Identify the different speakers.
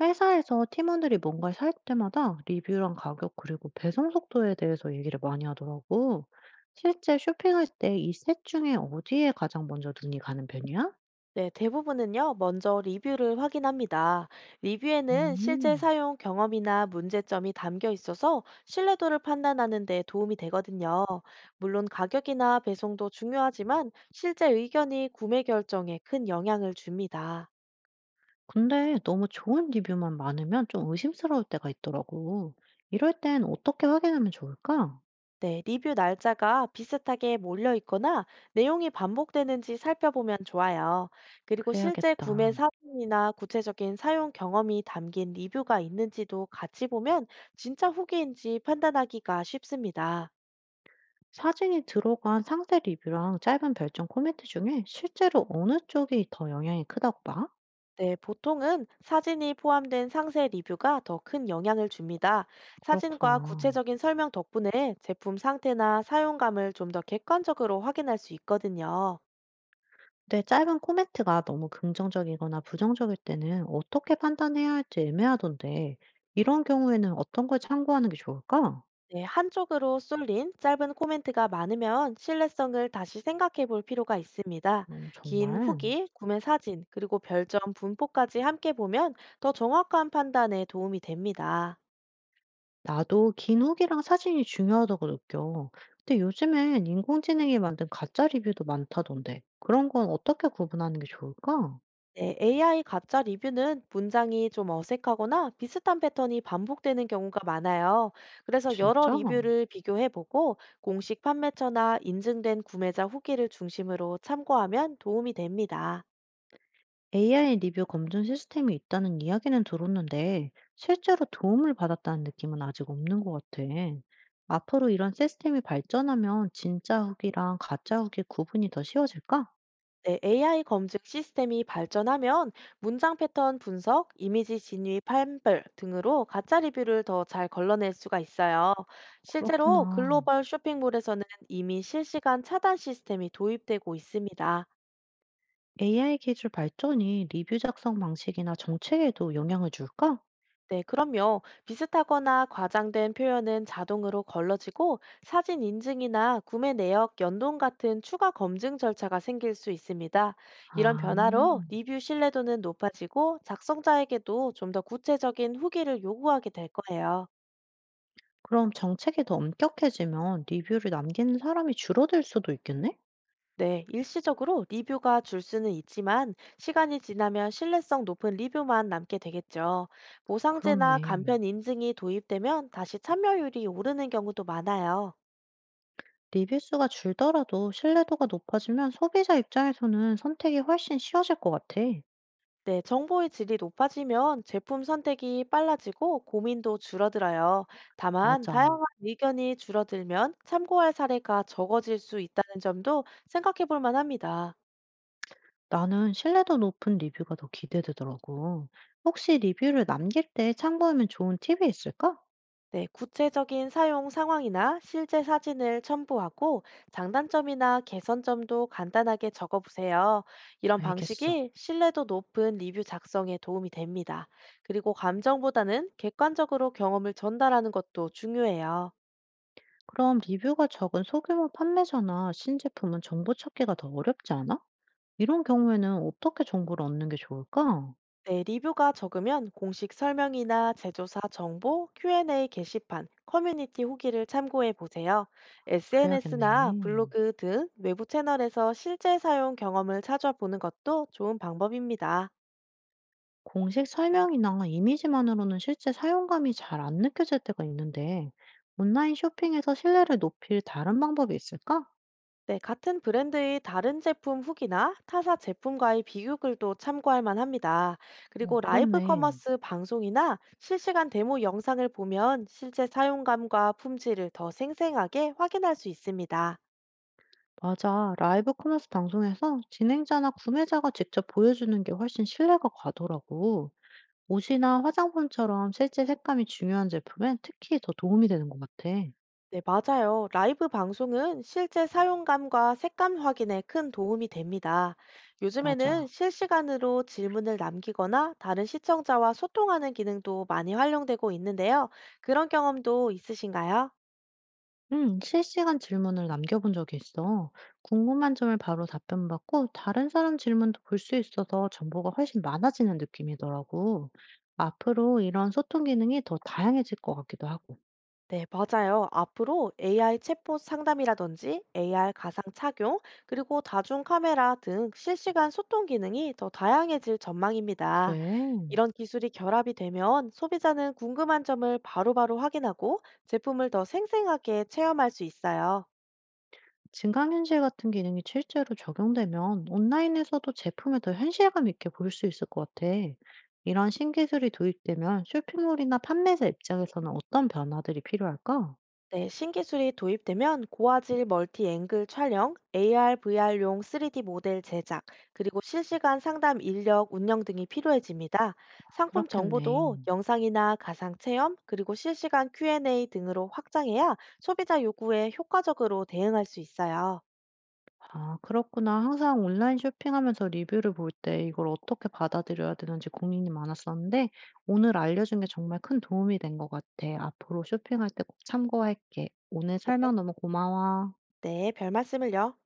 Speaker 1: 회사에서 팀원들이 뭔가를 살 때마다 리뷰랑 가격 그리고 배송 속도에 대해서 얘기를 많이 하더라고. 실제 쇼핑할 때 이 셋 중에 어디에 가장 먼저 눈이 가는 편이야?
Speaker 2: 네, 대부분은요, 먼저 리뷰를 확인합니다. 리뷰에는 실제
Speaker 1: 음,
Speaker 2: 사용 경험이나 문제점이 담겨 있어서 신뢰도를 판단하는 데 도움이 되거든요. 물론 가격이나 배송도 중요하지만 실제 의견이 구매 결정에 큰 영향을 줍니다.
Speaker 1: 근데 너무 좋은 리뷰만 많으면 좀 의심스러울 때가 있더라고. 이럴 땐 어떻게 확인하면 좋을까?
Speaker 2: 네, 리뷰 날짜가 비슷하게 몰려 있거나 내용이 반복되는지 살펴보면 좋아요. 그리고 실제 구매
Speaker 1: 그래야겠다.
Speaker 2: 사진이나 구체적인 사용 경험이 담긴 리뷰가 있는지도 같이 보면 진짜 후기인지 판단하기가 쉽습니다.
Speaker 1: 사진이 들어간 상세 리뷰랑 짧은 별점 코멘트 중에 실제로 어느 쪽이 더 영향이 크다고 봐?
Speaker 2: 네, 보통은 사진이 포함된 상세 리뷰가 더 큰 영향을 줍니다. 사진과
Speaker 1: 그렇구나.
Speaker 2: 구체적인 설명 덕분에 제품 상태나 사용감을 좀 더 객관적으로 확인할 수 있거든요.
Speaker 1: 근데 짧은 코멘트가 너무 긍정적이거나 부정적일 때는 어떻게 판단해야 할지 애매하던데, 이런 경우에는 어떤 걸 참고하는 게 좋을까?
Speaker 2: 네, 한쪽으로 쏠린 짧은 코멘트가 많으면 신뢰성을 다시 생각해 볼 필요가 있습니다. 긴
Speaker 1: 정말.
Speaker 2: 후기, 구매 사진, 그리고 별점 분포까지 함께 보면 더 정확한 판단에 도움이 됩니다.
Speaker 1: 나도 긴 후기랑 사진이 중요하다고 느껴. 근데 요즘엔 인공지능이 만든 가짜 리뷰도 많다던데, 그런 건 어떻게 구분하는 게 좋을까?
Speaker 2: 네, AI 가짜 리뷰는 문장이 좀 어색하거나 비슷한 패턴이 반복되는 경우가 많아요. 그래서 여러
Speaker 1: 진짜?
Speaker 2: 리뷰를 비교해 보고 공식 판매처나 인증된 구매자 후기를 중심으로 참고하면 도움이 됩니다.
Speaker 1: AI 리뷰 검증 시스템이 있다는 이야기는 들었는데, 실제로 도움을 받았다는 느낌은 아직 없는 것 같아. 앞으로 이런 시스템이 발전하면 진짜 후기랑 가짜 후기 구분이 더 쉬워질까?
Speaker 2: 네, AI 검증 시스템이 발전하면 문장 패턴 분석, 이미지 진위 판별 등으로 가짜 리뷰를 더 잘 걸러낼 수가 있어요. 실제로
Speaker 1: 그렇구나.
Speaker 2: 글로벌 쇼핑몰에서는 이미 실시간 차단 시스템이 도입되고 있습니다.
Speaker 1: AI 기술 발전이 리뷰 작성 방식이나 정책에도 영향을 줄까?
Speaker 2: 네, 그럼요. 비슷하거나 과장된 표현은 자동으로 걸러지고 사진 인증이나 구매 내역 연동 같은 추가 검증 절차가 생길 수 있습니다. 이런
Speaker 1: 아,
Speaker 2: 변화로 리뷰 신뢰도는 높아지고 작성자에게도 좀 더 구체적인 후기를 요구하게 될 거예요.
Speaker 1: 그럼 정책이 더 엄격해지면 리뷰를 남기는 사람이 줄어들 수도 있겠네?
Speaker 2: 네, 일시적으로 리뷰가 줄 수는 있지만 시간이 지나면 신뢰성 높은 리뷰만 남게 되겠죠. 보상제나
Speaker 1: 그렇네.
Speaker 2: 간편 인증이 도입되면 다시 참여율이 오르는 경우도 많아요.
Speaker 1: 리뷰 수가 줄더라도 신뢰도가 높아지면 소비자 입장에서는 선택이 훨씬 쉬워질 것 같아.
Speaker 2: 네, 정보의 질이 높아지면 제품 선택이 빨라지고 고민도 줄어들어요. 다만,
Speaker 1: 맞아.
Speaker 2: 다양한 의견이 줄어들면 참고할 사례가 적어질 수 있다는 점도 생각해 볼 만합니다.
Speaker 1: 나는 신뢰도 높은 리뷰가 더 기대되더라고. 혹시 리뷰를 남길 때 참고하면 좋은 팁이 있을까?
Speaker 2: 네, 구체적인 사용 상황이나 실제 사진을 첨부하고 장단점이나 개선점도 간단하게 적어 보세요. 이런
Speaker 1: 알겠어.
Speaker 2: 방식이 신뢰도 높은 리뷰 작성에 도움이 됩니다. 그리고 감정보다는 객관적으로 경험을 전달하는 것도 중요해요.
Speaker 1: 그럼 리뷰가 적은 소규모 판매자나 신제품은 정보 찾기가 더 어렵지 않아? 이런 경우에는 어떻게 정보를 얻는 게 좋을까?
Speaker 2: 네, 리뷰가 적으면 공식 설명이나 제조사 정보, Q&A 게시판, 커뮤니티 후기를 참고해 보세요. SNS나
Speaker 1: 그래야겠네.
Speaker 2: 블로그 등 외부 채널에서 실제 사용 경험을 찾아보는 것도 좋은 방법입니다.
Speaker 1: 공식 설명이나 이미지만으로는 실제 사용감이 잘 안 느껴질 때가 있는데, 온라인 쇼핑에서 신뢰를 높일 다른 방법이 있을까?
Speaker 2: 네, 같은 브랜드의 다른 제품 후기나 타사 제품과의 비교글도 참고할 만합니다.
Speaker 1: 어,
Speaker 2: 그리고 라이브
Speaker 1: 그렇네.
Speaker 2: 커머스 방송이나 실시간 데모 영상을 보면 실제 사용감과 품질을 더 생생하게 확인할 수 있습니다.
Speaker 1: 맞아. 라이브 커머스 방송에서 진행자나 구매자가 직접 보여주는 게 훨씬 신뢰가 가더라고. 옷이나 화장품처럼 실제 색감이 중요한 제품엔 특히 더 도움이 되는 것 같아.
Speaker 2: 네, 맞아요. 라이브 방송은 실제 사용감과 색감 확인에 큰 도움이 됩니다. 요즘에는
Speaker 1: 맞아.
Speaker 2: 실시간으로 질문을 남기거나 다른 시청자와 소통하는 기능도 많이 활용되고 있는데요. 그런 경험도 있으신가요?
Speaker 1: 실시간 질문을 남겨본 적이 있어. 궁금한 점을 바로 답변받고 다른 사람 질문도 볼 수 있어서 정보가 훨씬 많아지는 느낌이더라고. 앞으로 이런 소통 기능이 더 다양해질 것 같기도 하고.
Speaker 2: 네, 맞아요. 앞으로 AI 챗봇 상담이라든지 AR 가상 착용, 그리고 다중 카메라 등 실시간 소통 기능이 더 다양해질 전망입니다.
Speaker 1: 그래.
Speaker 2: 이런 기술이 결합이 되면 소비자는 궁금한 점을 바로바로 확인하고 제품을 더 생생하게 체험할 수 있어요.
Speaker 1: 증강현실 같은 기능이 실제로 적용되면 온라인에서도 제품을 더 현실감 있게 볼 수 있을 것 같아. 이런 신기술이 도입되면 쇼핑몰이나 판매자 입장에서는 어떤 변화들이 필요할까?
Speaker 2: 네, 신기술이 도입되면 고화질 멀티 앵글 촬영, AR, VR용 3D 모델 제작, 그리고 실시간 상담 인력 운영 등이 필요해집니다. 상품 정보도
Speaker 1: 그렇겠네.
Speaker 2: 영상이나 가상 체험, 그리고 실시간 Q&A 등으로 확장해야 소비자 요구에 효과적으로 대응할 수 있어요.
Speaker 1: 아 그렇구나. 항상 온라인 쇼핑하면서 리뷰를 볼 때 이걸 어떻게 받아들여야 되는지 고민이 많았었는데 오늘 알려준 게 정말 큰 도움이 된 것 같아. 앞으로 쇼핑할 때 꼭 참고할게. 오늘
Speaker 2: 네,
Speaker 1: 설명 너무 고마워.
Speaker 2: 네, 별 말씀을요.